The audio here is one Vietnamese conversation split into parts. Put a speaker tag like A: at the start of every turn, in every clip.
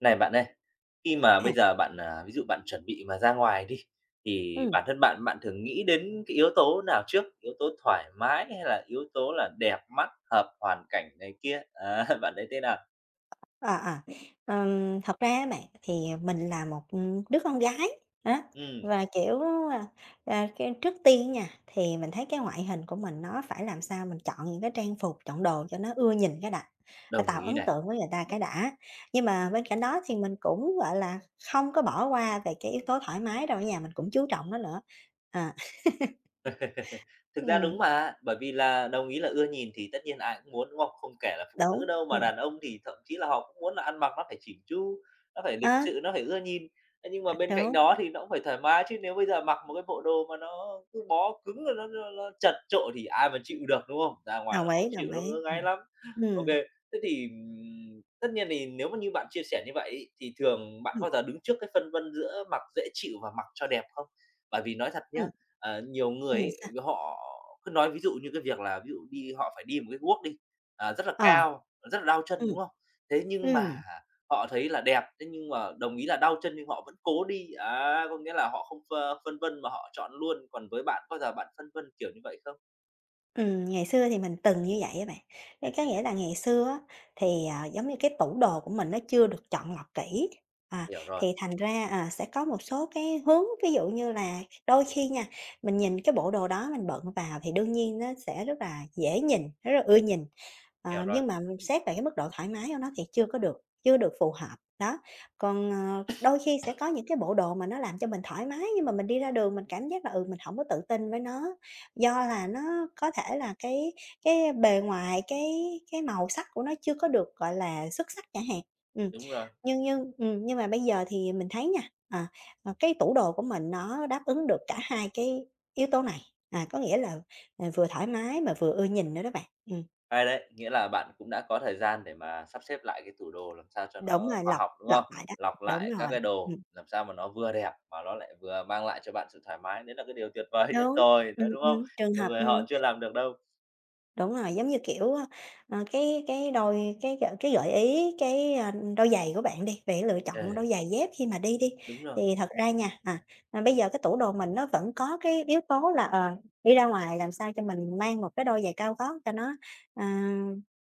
A: Này bạn ơi, khi mà
B: À,
A: bây giờ bạn, ví dụ bạn chuẩn bị mà ra ngoài đi, thì
B: ừ.
A: bản thân bạn bạn thường nghĩ đến cái yếu tố nào trước? Yếu tố thoải mái hay là yếu tố là đẹp mắt, hợp hoàn cảnh này kia? Á, bạn thấy thế nào?
B: à à, Thật ra á bạn, thì mình là một đứa con gái, á,
A: Ừm,
B: và, kiểu, à, cái trước tiên nha, thì mình thấy cái ngoại hình của mình nó phải làm sao mình chọn những cái trang phục, chọn đồ cho nó ưa nhìn cái đã,
A: đồng
B: tạo
A: ý
B: ấn
A: này.
B: tượng với người ta cái đã. Nhưng mà bên cạnh đó thì mình cũng, gọi là, không có bỏ qua về cái yếu tố thoải mái đâu á nha, mình cũng chú trọng nó nữa. À.
A: Thực ra
B: Ừm.
A: đúng mà, bởi vì là đồng ý là ưa nhìn thì tất nhiên ai cũng muốn, đúng không? Không kể là phụ nữ
B: Đúng,
A: đâu, mà
B: ừm.
A: đàn ông thì thậm chí là họ cũng muốn là ăn mặc nó phải chỉn chu, nó phải
B: Á.
A: lịch sự, nó phải ưa nhìn. Thế nhưng mà bên cạnh
B: Đúng,
A: đó thì nó cũng phải thoải mái chứ, nếu bây giờ mặc một cái bộ đồ mà nó cứ bó cứng rồi nó chật chội thì ai mà chịu được, đúng không? Ra ngoài
B: đồng
A: nó khó
B: ý,
A: chịu,
B: đồng
A: nó
B: ý.
A: ngứa
B: Ừ,
A: ngáy lắm. Ok,
B: ừ,
A: thế thì, tất nhiên thì nếu mà như bạn chia sẻ như vậy ấy, thì thường bạn
B: ừ.
A: có bao giờ đứng trước cái phân vân giữa mặc dễ chịu và mặc cho đẹp không? Bởi vì nói thật nhá,
B: Ừm,
A: Nhiều người
B: ừm.
A: ấy,
B: Sao?
A: họ cứ nói ví dụ như cái việc là ví dụ đi họ phải đi một cái guốc đi, rất là
B: Ờ.
A: cao, rất là đau chân,
B: Ừm,
A: đúng không? Thế nhưng mà
B: ừm,
A: họ thấy là đẹp, thế nhưng mà đồng ý là đau chân nhưng họ vẫn cố đi, á, có nghĩa là họ không phơ phân vân mà họ chọn luôn. Còn với bạn, có bao giờ bạn phân vân kiểu như vậy không?
B: Ngày xưa thì mình từng như vậy á bạn. Cái có nghĩa là ngày xưa á, thì, giống như cái tủ đồ của mình nó chưa được chọn lọc kỹ, à,
A: Hiểu rồi,
B: thì thành ra, sẽ có một số cái hướng, ví dụ như là đôi khi nha, mình nhìn cái bộ đồ đó mình bận vào thì đương nhiên nó sẽ rất là dễ nhìn, rất là ưa nhìn,
A: hiểu rồi,
B: nhưng mà xét về cái mức độ thoải mái của nó thì chưa được phù hợp, đó. Còn, đôi khi sẽ có những cái bộ đồ mà nó làm cho mình thoải mái nhưng mà mình đi ra đường mình cảm giác là, mình hổng có tự tin với nó. Do là nó có thể là cái bề ngoài cái màu sắc của nó chưa có được, gọi là, xuất sắc chẳng hạn. Ừm.
A: đúng rồi.
B: Nhưng mà bây giờ thì mình thấy nha, à, cái tủ đồ của mình nó đáp ứng được cả hai cái yếu tố này, có nghĩa là, vừa thoải mái mà vừa ưa nhìn nữa đó bạn.
A: Hay đấy, nghĩa là bạn cũng đã có thời gian để mà sắp xếp lại cái tủ đồ làm sao cho
B: Đúng
A: nó
B: rồi,
A: khoa
B: lặp
A: học, đúng
B: lặp
A: không?
B: lại đó.
A: Lọc
B: Đúng
A: lại các
B: rồi,
A: cái đồ
B: ừm.
A: làm sao mà nó vừa đẹp mà nó lại vừa mang lại cho bạn sự thoải mái, đấy là cái điều tuyệt vời nhất
B: Đúng,
A: rồi, đấy, đúng không?
B: trường
A: Nhiều
B: hợp,
A: người
B: ừm.
A: họ chưa làm được đâu.
B: Đúng rồi, giống như, kiểu, cái gợi ý cái, đôi giày của bạn đi, về lựa chọn
A: Ừ,
B: đôi giày dép khi mà đi đi,
A: đúng rồi,
B: thì thật ra nha, bây giờ cái tủ đồ mình nó vẫn có cái yếu tố là, đi ra ngoài làm sao cho mình mang một cái đôi giày cao gót cho nó, à,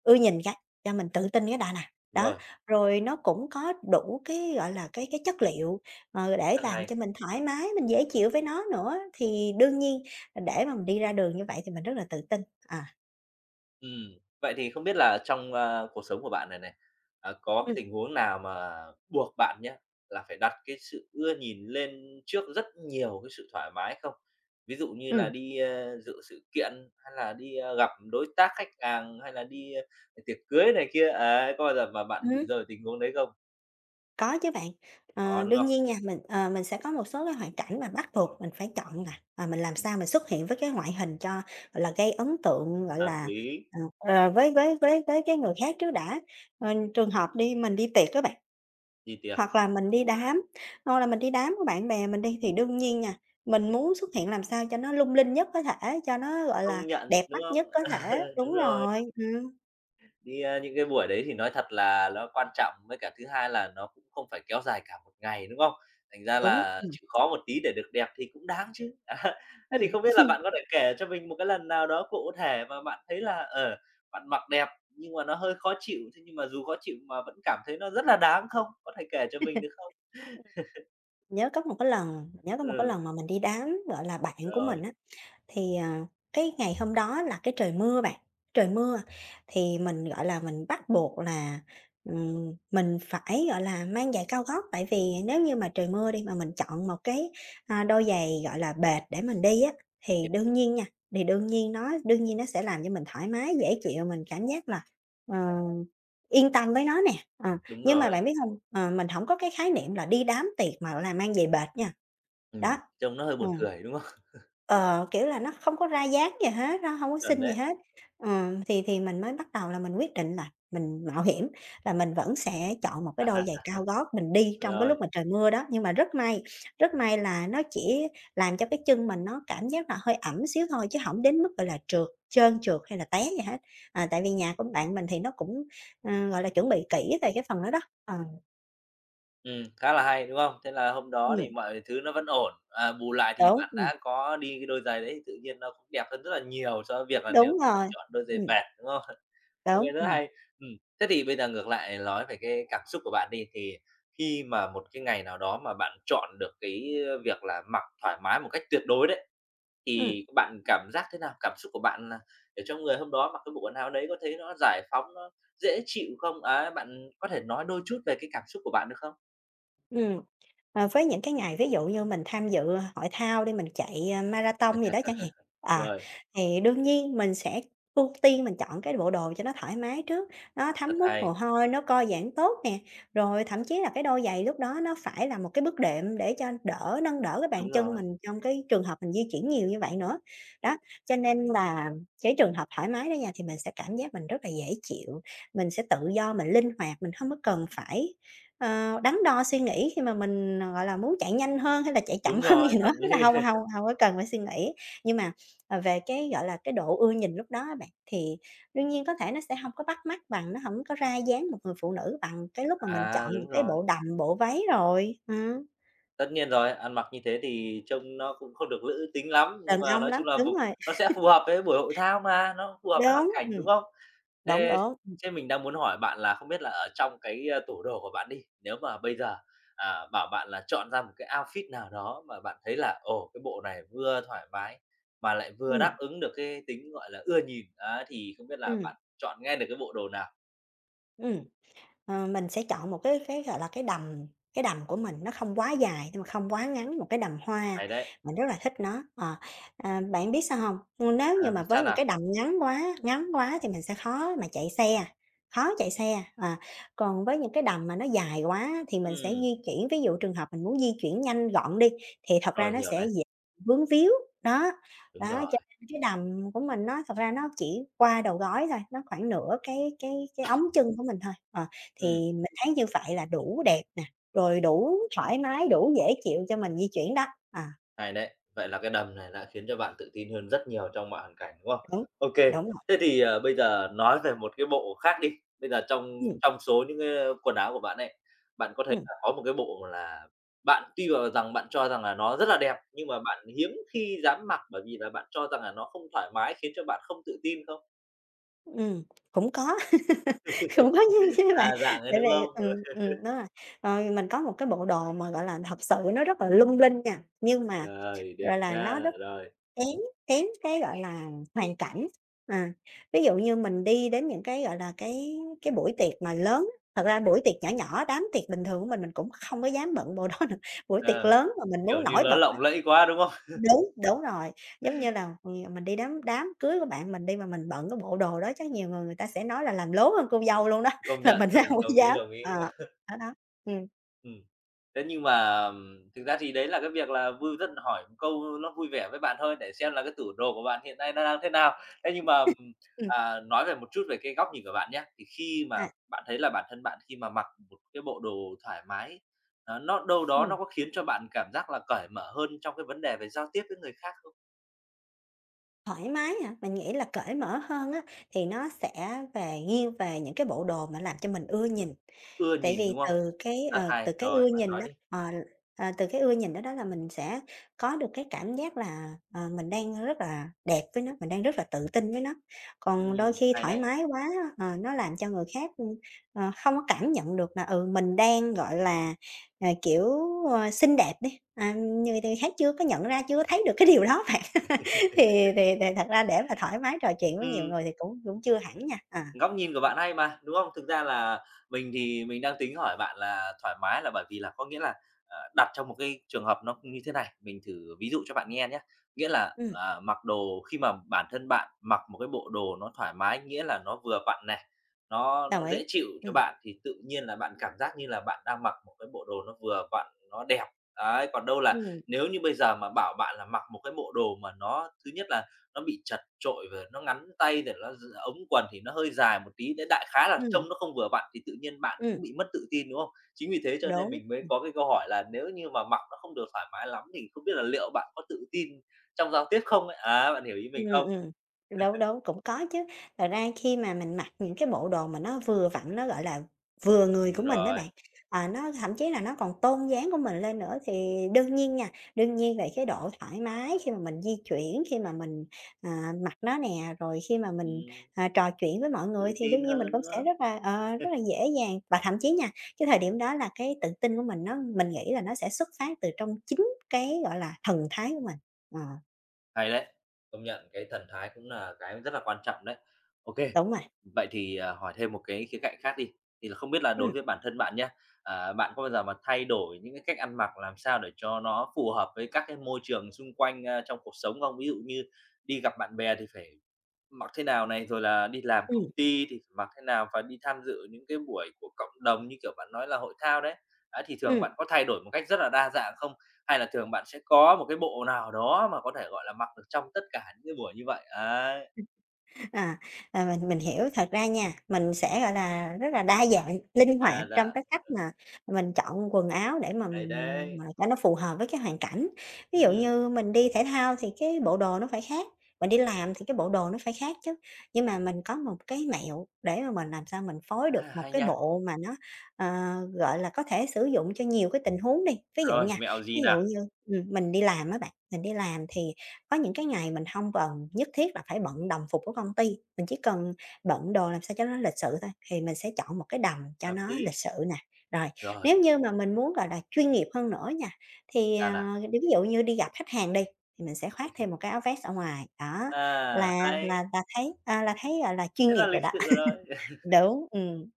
B: ưa nhìn cái, cho mình tự tin cái đã nè. Đó,
A: rồi,
B: rồi nó cũng có đủ cái, gọi là, cái chất liệu, để
A: rất
B: làm
A: hay.
B: cho mình thoải mái, mình dễ chịu với nó nữa, thì đương nhiên, để mà mình đi ra đường như vậy thì mình rất là tự tin, à.
A: Vậy thì không biết là trong, cuộc sống của bạn này này, có cái
B: Ừm,
A: tình huống nào mà buộc bạn nhé là phải đặt cái sự ưa nhìn lên trước rất nhiều cái sự thoải mái không? Ví dụ như
B: ừm,
A: là đi, dự sự kiện hay là đi, gặp đối tác khách hàng hay là đi, tiệc cưới này kia, ấy, có bao giờ mà
B: ừm
A: bạn
B: hứm,
A: bị rơi vào tình huống đấy không?
B: có chứ bạn. Ờ,
A: Có, đúng
B: đương
A: không?
B: nhiên nha, mình sẽ có một số cái hoàn cảnh mà bắt buộc mình phải chọn nè, và mình làm sao mình xuất hiện với cái ngoại hình cho, gọi là, gây ấn tượng, gọi
A: Hợp
B: là,
A: lý,
B: với cái người khác trước đã. Ờ, trường hợp đi mình đi tiệc á bạn,
A: đi tiệc
B: hoặc là mình đi đám, hoặc là mình đi đám của bạn bè mình đi thì đương nhiên nha, mình muốn xuất hiện làm sao cho nó lung linh nhất có thể, cho nó, gọi là,
A: không nhận,
B: đẹp mắt
A: đúng
B: nhất
A: không?
B: có thể.
A: Đúng
B: Đúng
A: rồi.
B: rồi,
A: Đi, những cái buổi đấy thì nói thật là nó quan trọng, với cả thứ hai là nó cũng không phải kéo dài cả một ngày, đúng không? Thành ra
B: đúng,
A: là chịu khó một tí để được đẹp thì cũng đáng chứ. Á, thế thì
B: ừm.
A: không biết là bạn có thể kể cho mình một cái lần nào đó cụ thể mà bạn thấy là, bạn mặc đẹp nhưng mà nó hơi khó chịu, thế nhưng mà dù khó chịu mà vẫn cảm thấy nó rất là đáng không? Có thể kể cho mình được không?
B: Nhớ có một cái
A: Ừ,
B: lần mà mình đi đám, gọi là, bạn của mình
A: rồi,
B: á, thì, cái ngày hôm đó là cái trời mưa bạn, trời mưa thì mình, gọi là, mình bắt buộc là, mình phải, gọi là, mang giày cao gót, tại vì nếu như mà trời mưa đi mà mình chọn một cái, đôi giày, gọi là, bệt để mình đi á, thì
A: hiểu,
B: đương nhiên nha, thì đương nhiên nó sẽ làm cho mình thoải mái, dễ chịu, mình cảm giác là, ờ, yên tâm với nó nè. Ờ,
A: đúng
B: nhưng mà
A: rồi.
B: bạn biết không, mình không có cái khái niệm là đi đám tiệc mà, gọi là, mang giày bệt nha, đó,
A: Trông nó hơi
B: ừ.
A: buồn cười, đúng không?
B: Ờ, kiểu là, nó không có ra dáng gì hết, nó hông có
A: Chuẩn
B: xinh gì
A: đấy.
B: hết. Thì mình mới bắt đầu là mình quyết định là mình mạo hiểm, là mình vẫn sẽ chọn một cái đôi giày
A: À,
B: cao gót mình đi trong cái lúc
A: rồi.
B: mà trời mưa đó. Nhưng mà rất may là nó chỉ làm cho cái chân mình nó cảm giác là hơi ẩm xíu thôi, chứ hổng đến mức, gọi là, trơn trượt hay là té gì hết. À, tại vì nhà của bạn mình thì nó cũng, gọi là, chuẩn bị kỹ về cái phần đó đó. Ờ,
A: Khá là hay, đúng không? Thế là hôm đó thì
B: ừm,
A: mọi thứ nó vẫn ổn, à, bù lại thì
B: đúng,
A: bạn đã có đi cái đôi giày đấy thì tự nhiên nó cũng đẹp hơn rất là nhiều so với việc là nếu
B: đúng
A: như bạn
B: rồi,
A: chọn đôi giày
B: ừm,
A: bẹt, đúng không? Ok,
B: đúng,
A: rất hay. Ừm, thế thì bây giờ ngược lại nói về cái cảm xúc của bạn đi, thì khi mà một cái ngày nào đó mà bạn chọn được cái việc là mặc thoải mái một cách tuyệt đối đấy,
B: ừm.
A: thì bạn cảm giác thế nào? Cảm xúc của bạn là ở trong người hôm đó mặc cái bộ quần áo đấy có thấy nó giải phóng, nó dễ chịu không? À, bạn có thể nói đôi chút về cái cảm xúc của bạn được không?
B: Ừm, với những cái ngày ví dụ như mình tham dự hội thao đi, mình chạy, marathon gì đó chẳng hạn, à,
A: Rồi,
B: thì đương nhiên mình sẽ ưu tiên mình chọn cái bộ đồ cho nó thoải mái trước, nó
A: rất
B: thấm hút mồ
A: hay.
B: hôi, nó co giãn tốt nè, rồi thậm chí là cái đôi giày lúc đó nó phải là một cái bước đệm để cho nâng đỡ cái bàn
A: Đúng
B: chân mình
A: rồi,
B: trong cái trường hợp mình di chuyển nhiều như vậy nữa. Đó, cho nên là cái trường hợp thoải mái đó nha, thì mình sẽ cảm giác mình rất là dễ chịu, mình sẽ tự do, mình linh hoạt, mình không có cần phải đắn đo suy nghĩ khi mà mình, gọi là, muốn chạy nhanh hơn hay là chạy chậm
A: đúng rồi,
B: hơn gì nữa,
A: hợp
B: thế là
A: lý.
B: hông, hông, hông có cần phải suy nghĩ. Nhưng mà, về cái, gọi là, cái độ ưa nhìn lúc đó á bạn, thì đương nhiên có thể nó sẽ hông có bắt mắt bằng, nó hổng có ra dáng một người phụ nữ bằng cái lúc mà mình chọn
A: À,
B: những
A: đúng
B: cái
A: rồi.
B: bộ đầm, bộ váy rồi.
A: Tất nhiên rồi, ăn mặc như thế thì trông nó cũng không được nữ tính lắm, nhưng
B: Đàn
A: mà
B: ông
A: nói
B: lắm,
A: chung là
B: đúng
A: vùng
B: rồi,
A: nó sẽ phù hợp với buổi hội thao mà, nó phù hợp với hoàn
B: đúng,
A: cảnh, đúng không?
B: đúng,
A: Thế
B: đúng,
A: thế mình đang muốn hỏi bạn là không biết là ở trong cái, tủ đồ của bạn đi, nếu mà bây giờ, bảo bạn là chọn ra một cái outfit nào đó mà bạn thấy là, ồ, cái bộ này vừa thoải mái mà lại vừa
B: ừm,
A: đáp ứng được cái tính, gọi là, ưa nhìn, á, thì không biết là
B: ừm,
A: bạn chọn ngay được cái bộ đồ nào?
B: ừm. Ờ, mình sẽ chọn một cái, gọi là, cái đầm của mình nó không quá dài nhưng mà không quá ngắn, một cái đầm hoa,
A: Hay đấy.
B: mình rất là thích nó. Ờ, bạn biết sao không, nếu
A: À,
B: như mà
A: mì
B: với
A: săn
B: những
A: à?
B: cái đầm ngắn quá thì mình sẽ khó mà chạy xe, khó chạy xe, còn với những cái đầm mà nó dài quá thì mình sẽ
A: Ừm,
B: di chuyển ví dụ trường hợp mình muốn di chuyển nhanh gọn đi, thì thật ra
A: rồi,
B: nó
A: hiểu
B: sẽ
A: này.
B: dễ vướng víu, đó, đó,
A: Đúng
B: cho
A: rồi,
B: nên cái đầm của mình nó thật ra nó chỉ qua đầu gối thôi, nó khoảng nửa cái ống chân của mình thôi. Thì
A: ừm,
B: mình thấy như vậy là đủ đẹp nè, rồi đủ thoải mái, đủ dễ chịu cho mình di chuyển đó. À,
A: hay đấy. Vậy là cái đầm này đã khiến cho bạn tự tin hơn rất nhiều trong mọi hoàn cảnh, đúng không?
B: đúng,
A: OK,
B: đúng rồi,
A: thế thì, bây giờ nói về một cái bộ khác đi. Bây giờ trong
B: ừm,
A: trong số những cái quần áo của bạn ấy, bạn có thấy
B: ừm,
A: là có một cái bộ là bạn tuy vào rằng bạn cho rằng là nó rất là đẹp, nhưng mà bạn hiếm khi dám mặc bởi vì là bạn cho rằng là nó không thoải mái, khiến cho bạn không tự tin không?
B: ừm, cũng có, cũng có như chứ
A: À,
B: bạn,
A: dạng ấy,
B: tại
A: đúng
B: vì
A: không?
B: đúng rồi. Rồi mình có một cái bộ đồ mà, gọi là, thật sự nó rất là lung linh nha, nhưng
A: Ừ,
B: mà
A: đẹp
B: rồi là, nó
A: nha!
B: rất
A: Rồi,
B: kém kém cái, gọi là, hoàn cảnh. À, ví dụ như mình đi đến những cái, gọi là, cái buổi tiệc mà lớn thật ra buổi tiệc nhỏ nhỏ, đám tiệc bình thường của mình cũng không có dám bận bộ đó được. Buổi tiệc
A: ờ,
B: lớn mà mình
A: kiểu
B: muốn
A: như,
B: nổi
A: nó
B: bật á,
A: lộng lẫy quá, đúng không?
B: đúng, đúng rồi, giống như là, mình đi đám đám cưới của bạn mình đi mà mình bận cái bộ đồ đó chắc nhiều người người ta sẽ nói là làm lố hơn cô dâu luôn đó,
A: Công
B: là
A: nhận,
B: mình sẽ hông
A: đồng
B: có
A: đồng ý,
B: dám.
A: đồng ý.
B: Ờ, đó, đó. Ừm,
A: Ừm. Thế nhưng mà, thực ra thì đấy là cái việc là vui rất hỏi một câu nó vui vẻ với bạn thôi để xem là cái tủ đồ của bạn hiện nay nó đang thế nào. Thế nhưng mà,
B: ừm,
A: nói về một chút về cái góc nhìn của bạn nhá, thì khi mà
B: à,
A: bạn thấy là bản thân bạn khi mà mặc một cái bộ đồ thoải mái, nó đâu đó nó
B: ừm.
A: có khiến cho bạn cảm giác là cởi mở hơn trong cái vấn đề về giao tiếp với người khác không?
B: Thoải mái hả? Mình nghĩ là cởi mở hơn á, thì nó sẽ nghiêng về những cái bộ đồ mà làm cho mình ưa nhìn.
A: Ưa
B: Tại
A: nhìn,
B: vì
A: đúng không?
B: từ cái,
A: Rất
B: từ
A: hay,
B: cái
A: rồi,
B: ưa
A: bạn
B: nhìn
A: nói
B: đó
A: đi.
B: từ cái ưa nhìn đó đó là mình sẽ có được cái cảm giác là, mình đang rất là đẹp với nó, mình đang rất là tự tin với nó. Còn đôi khi
A: Hay
B: thoải
A: đấy.
B: mái quá, nó làm cho người khác, không có cảm nhận được là, mình đang, gọi là, kiểu, xinh đẹp đi, người người khác chưa có nhận ra, chưa có thấy được cái điều đó bạn. Thì thật ra để mà thoải mái trò chuyện với nhiều
A: Ừm.
B: người thì cũng cũng chưa hẳn nha.
A: Góc nhìn của bạn hay mà, đúng không? Thực ra là mình thì mình đang tính hỏi bạn là thoải mái là bởi vì là có nghĩa là, đặt trong một cái trường hợp nó như thế này, mình thử ví dụ cho bạn nghe nhé. Nghĩa là,
B: Ừm.
A: mặc đồ khi mà bản thân bạn mặc một cái bộ đồ nó thoải mái, nghĩa là nó vừa vặn này, nó
B: Đồng
A: nó
B: ý.
A: dễ chịu cho
B: Ừm.
A: bạn thì tự nhiên là bạn cảm giác như là bạn đang mặc một cái bộ đồ nó vừa vặn, nó đẹp. Đấy, còn đâu là
B: Ừm.
A: nếu như bây giờ mà bảo bạn là mặc một cái bộ đồ mà nó thứ nhất là nó bị chật chội và nó ngắn tay rồi nó d ống quần thì nó hơi dài một tí, đấy, đại khái là
B: Ừm,
A: trông nó không vừa vặn thì tự nhiên bạn
B: ừm.
A: cũng bị mất tự tin, đúng không? Chính vì thế cho nên
B: Đúng.
A: mình mới có cái câu hỏi là nếu như mà mặc nó không được thoải mái lắm thì không biết là liệu bạn có tự tin trong giao tiếp không ấy? Á, bạn hiểu ý
B: Ừm,
A: mình không?
B: ừm. Đúng, đúng, cũng có chứ. Thật ra khi mà mình mặc những cái bộ đồ mà nó vừa vặn, nó, gọi là, vừa người của
A: Đúng
B: mình đó
A: rồi,
B: bạn, nó thậm chí là nó còn tôn dáng của mình lên nữa thì đương nhiên nha, đương nhiên về cái độ thoải mái khi mà mình di chuyển, khi mà mình, mặc nó nè, rồi khi mà mình,
A: ừm,
B: trò chuyện với mọi
A: tự
B: người thì đương
A: tin
B: nhiên mình
A: hơn
B: cũng sẽ
A: nữa.
B: rất là, rất là dễ dàng. Và thậm chí nha, cái thời điểm đó là cái tự tin của mình nó mình nghĩ là nó sẽ xuất phát từ trong chính cái, gọi là, thần thái của mình. Ờ,
A: Hay đấy, công nhận cái thần thái cũng là cái rất là quan trọng đấy. Ok,
B: đúng rồi.
A: vậy thì, hỏi thêm một cái khía cạnh khác đi, thì là không biết là đối
B: Ừm,
A: với bản thân bạn nhé, bạn có bao giờ mà thay đổi những cái cách ăn mặc làm sao để cho nó phù hợp với các cái môi trường xung quanh, trong cuộc sống không? Ví dụ như đi gặp bạn bè thì phải mặc thế nào này, rồi là đi làm công
B: ừm.
A: ty thì phải mặc thế nào và đi tham dự những cái buổi của cộng đồng như kiểu bạn nói là hội thao đấy. Đấy, thì thường
B: Ừm,
A: bạn có thay đổi một cách rất là đa dạng không? Hay là thường bạn sẽ có một cái bộ nào đó mà có thể, gọi là, mặc được trong tất cả những cái buổi như vậy? Ấy,
B: à, mình hiểu. Thật ra nha, mình sẽ, gọi là, rất là đa dạng, linh hoạt
A: đa
B: trong
A: dạng,
B: cái cách mà mình chọn quần áo để mà
A: hay đấy.
B: mà cho nó phù hợp với cái hoàn cảnh. Ví dụ
A: Ừm,
B: như mình đi thể thao thì cái bộ đồ nó phải khác, mình đi làm thì cái bộ đồ nó phải khác chứ. Nhưng mà mình có một cái mẹo để mà mình làm sao mình phối được
A: a,
B: một
A: hay
B: cái
A: nha.
B: bộ mà nó, ờ, gọi là, có thể sử dụng cho nhiều cái tình huống đi. Ví dụ
A: Rồi,
B: nha,
A: mẹo
B: ví
A: gì nào?
B: dụ như mình đi làm á bạn, mình đi làm thì có những cái ngày mình không cần nhất thiết là phải bận đồng phục của công ty, mình chỉ cần bận đồ làm sao cho nó lịch sự thôi, thì mình sẽ chọn một cái đầm cho
A: Hợp
B: nó
A: lý.
B: lịch sự nè. Rồi,
A: Rồi,
B: nếu như mà mình muốn, gọi là, chuyên nghiệp hơn nữa nha, thì,
A: ta nào?
B: ví dụ như đi gặp khách hàng đi, thì mình sẽ khoác thêm một cái áo vest ở ngoài, đó,
A: À,
B: là
A: hay,
B: là là thấy, à, là thấy, gọi là, chuyên
A: thế
B: nghiệp
A: là
B: rồi
A: lịch
B: đó.
A: sự rồi.
B: Đúng.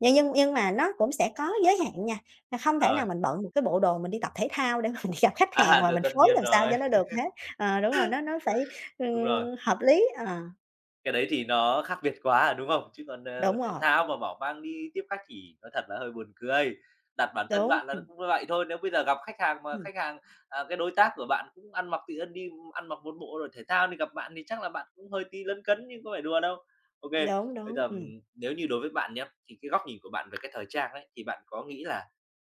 B: Nhưng mà nó cũng sẽ có giới hạn nha, là không thể
A: Rồi,
B: nào mình bận một cái bộ đồ mình đi tập thể thao để mà mình đi gặp khách hàng và
A: rồi
B: mình
A: tất
B: phối
A: nhiên
B: làm sao
A: rồi,
B: cho nó được hết. Ờ, đúng rồi, nó nó phải,
A: đúng rồi.
B: hợp lý, ờ,
A: Cái đấy thì nó khác biệt quá, à, đúng không? Chứ còn,
B: đúng
A: thể
B: rồi,
A: thao mà bảo mang đi tiếp khách thì nói thật là hơi buồn cười. Đặt bản thân
B: đúng,
A: bạn là cũng như vậy thôi, nếu bây giờ gặp khách hàng mà
B: ừm,
A: khách hàng, cái đối tác của bạn cũng ăn mặc tự nhiên đi ăn mặc một bộ rồi thể thao thì gặp bạn thì chắc là bạn cũng hơi tí lấn cấn nhưng có phải đùa đâu. Ok,
B: đúng,
A: bây giờ,
B: đúng,
A: nếu như đối với bạn nhé thì cái góc nhìn của bạn về cái thời trang ấy, thì bạn có nghĩ là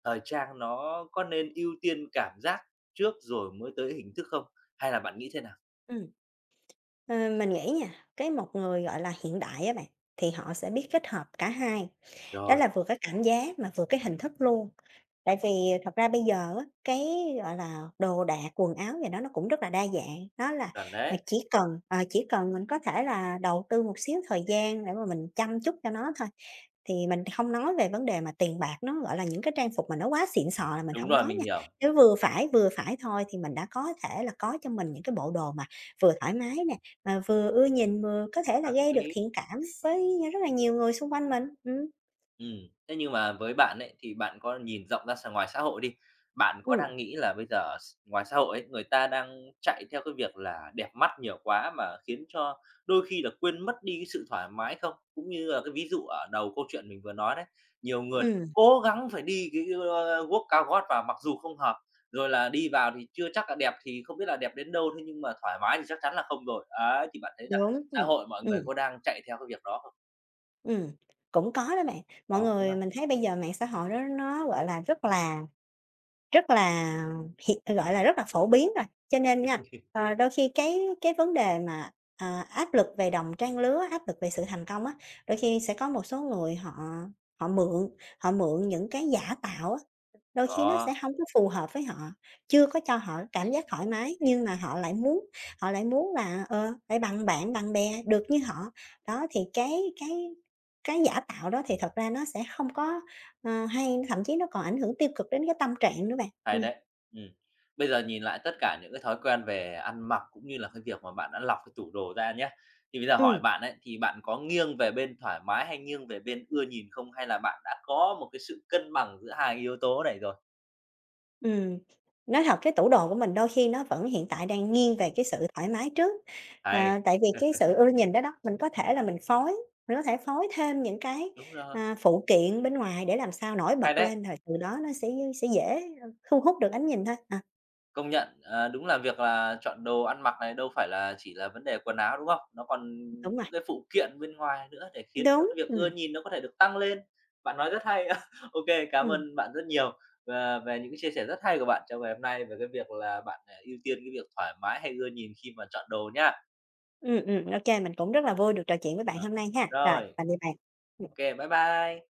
A: thời trang nó có nên ưu tiên cảm giác trước rồi mới tới hình thức không? Hay là bạn nghĩ thế nào?
B: ừm. Ờ, mình nghĩ nha, cái một người, gọi là, hiện đại á bạn, thì họ sẽ biết kết hợp cả hai. Đó
A: Rồi,
B: là vừa cái cảm giác mà vừa cái hình thức luôn. Tại vì thật ra bây giờ á, cái, gọi là, đồ đạc, quần áo gì đó nó cũng rất là đa dạng, nó là,
A: chuẩn đấy.
B: chỉ cần mình có thể là đầu tư một xíu thời gian để mà mình chăm chút cho nó thôi. Thì mình không nói về vấn đề mà tiền bạc nó, gọi là, những cái trang phục mà nó quá xịn sò là mình
A: Đúng
B: không
A: rồi,
B: nói
A: mình
B: nha,
A: hiểu.
B: nếu vừa phải thôi thì mình đã có thể là có cho mình những cái bộ đồ mà vừa thoải mái nè, mà vừa ưa nhìn, vừa có thể là
A: Hợp
B: gây được
A: lý.
B: thiện cảm với rất là nhiều người xung quanh mình.
A: Ừm, thế nhưng mà với bạn ấy, thì bạn có nhìn rộng ra s ngoài xã hội đi, bạn có
B: Ừm.
A: đang nghĩ là bây giờ ở s ngoài xã hội ấy, người ta đang chạy theo cái việc là đẹp mắt nhiều quá mà khiến cho đôi khi là quên mất đi cái sự thoải mái không? Cũng như là cái ví dụ ở đầu câu chuyện mình vừa nói đấy, nhiều người
B: Ừm,
A: cố gắng phải đi cái, guốc cao gót vào mặc dù không hợp, rồi là đi vào thì chưa chắc là đẹp, thì không biết là đẹp đến đâu, thế nhưng mà thoải mái thì chắc chắn là không rồi. Ấy, thì bạn thấy là
B: đúng,
A: xã hội mọi người
B: ừm,
A: có đang chạy theo cái việc đó không?
B: ừm, cũng có đó bạn. Mọi
A: Có, đúng
B: người
A: không?
B: mình thấy bây giờ mạng xã hội đó nó, gọi là, rất là hiện gọi là, rất là phổ biến rồi, cho nên nha, đôi khi cái vấn đề mà, áp lực về đồng trang lứa, áp lực về sự thành công á, đôi khi sẽ có một số người họ họ mượn họ mượn những cái giả tạo á. Đôi khi nó sẽ
A: Đó.
B: hông có phù hợp với họ, chưa có cho họ cảm giác thoải mái, nhưng mà họ lại muốn là, phải bằng bạn, bằng bè, được như họ. Đó, thì cái giả tạo đó thì thật ra nó sẽ không có, hay, thậm chí nó còn ảnh hưởng tiêu cực đến cái tâm trạng nữa bạn.
A: Hay đấy. Ừm. Bây giờ nhìn lại tất cả những cái thói quen về ăn mặc cũng như là cái việc mà bạn đã lọc cái tủ đồ ra nhá. Thì bây giờ hỏi
B: Ừm.
A: bạn ấy, thì bạn có nghiêng về bên thoải mái hay nghiêng về bên ưa nhìn không? Hay là bạn đã có một cái sự cân bằng giữa hai yếu tố này rồi?
B: Ừm, nói thật cái tủ đồ của mình đôi khi nó vẫn hiện tại đang nghiêng về cái sự thoải mái trước,
A: Hay,
B: à, tại vì cái sự ưa nhìn đó đó, mình có thể phối thêm những cái,
A: đúng rồi,
B: phụ kiện bên ngoài để làm sao nổi
A: hay
B: bật
A: đấy.
B: lên rồi từ đó nó sẽ dễ, thu hút được ánh nhìn thôi. À,
A: Công nhận, đúng là việc là chọn đồ ăn mặc này đâu phải là chỉ là vấn đề quần áo, đúng không? Nó còn
B: đúng rồi,
A: những cái phụ kiện bên ngoài nữa để khiến cho
B: đúng,
A: cái việc ưa nhìn nó có thể được tăng lên. Bạn nói rất hay. Ok, cảm
B: ừm,
A: ơn bạn rất nhiều, về những cái chia sẻ rất hay của bạn trong ngày hôm nay về cái việc là bạn, ưu tiên cái việc thoải mái hay ưa nhìn khi mà chọn đồ nhá.
B: ô mình cũng rất là vui được trò chuyện với bạn
A: Ờ,
B: hôm nay ha. Rồi,
A: rồi,
B: tạm biệt bạn.
A: ok bye bye.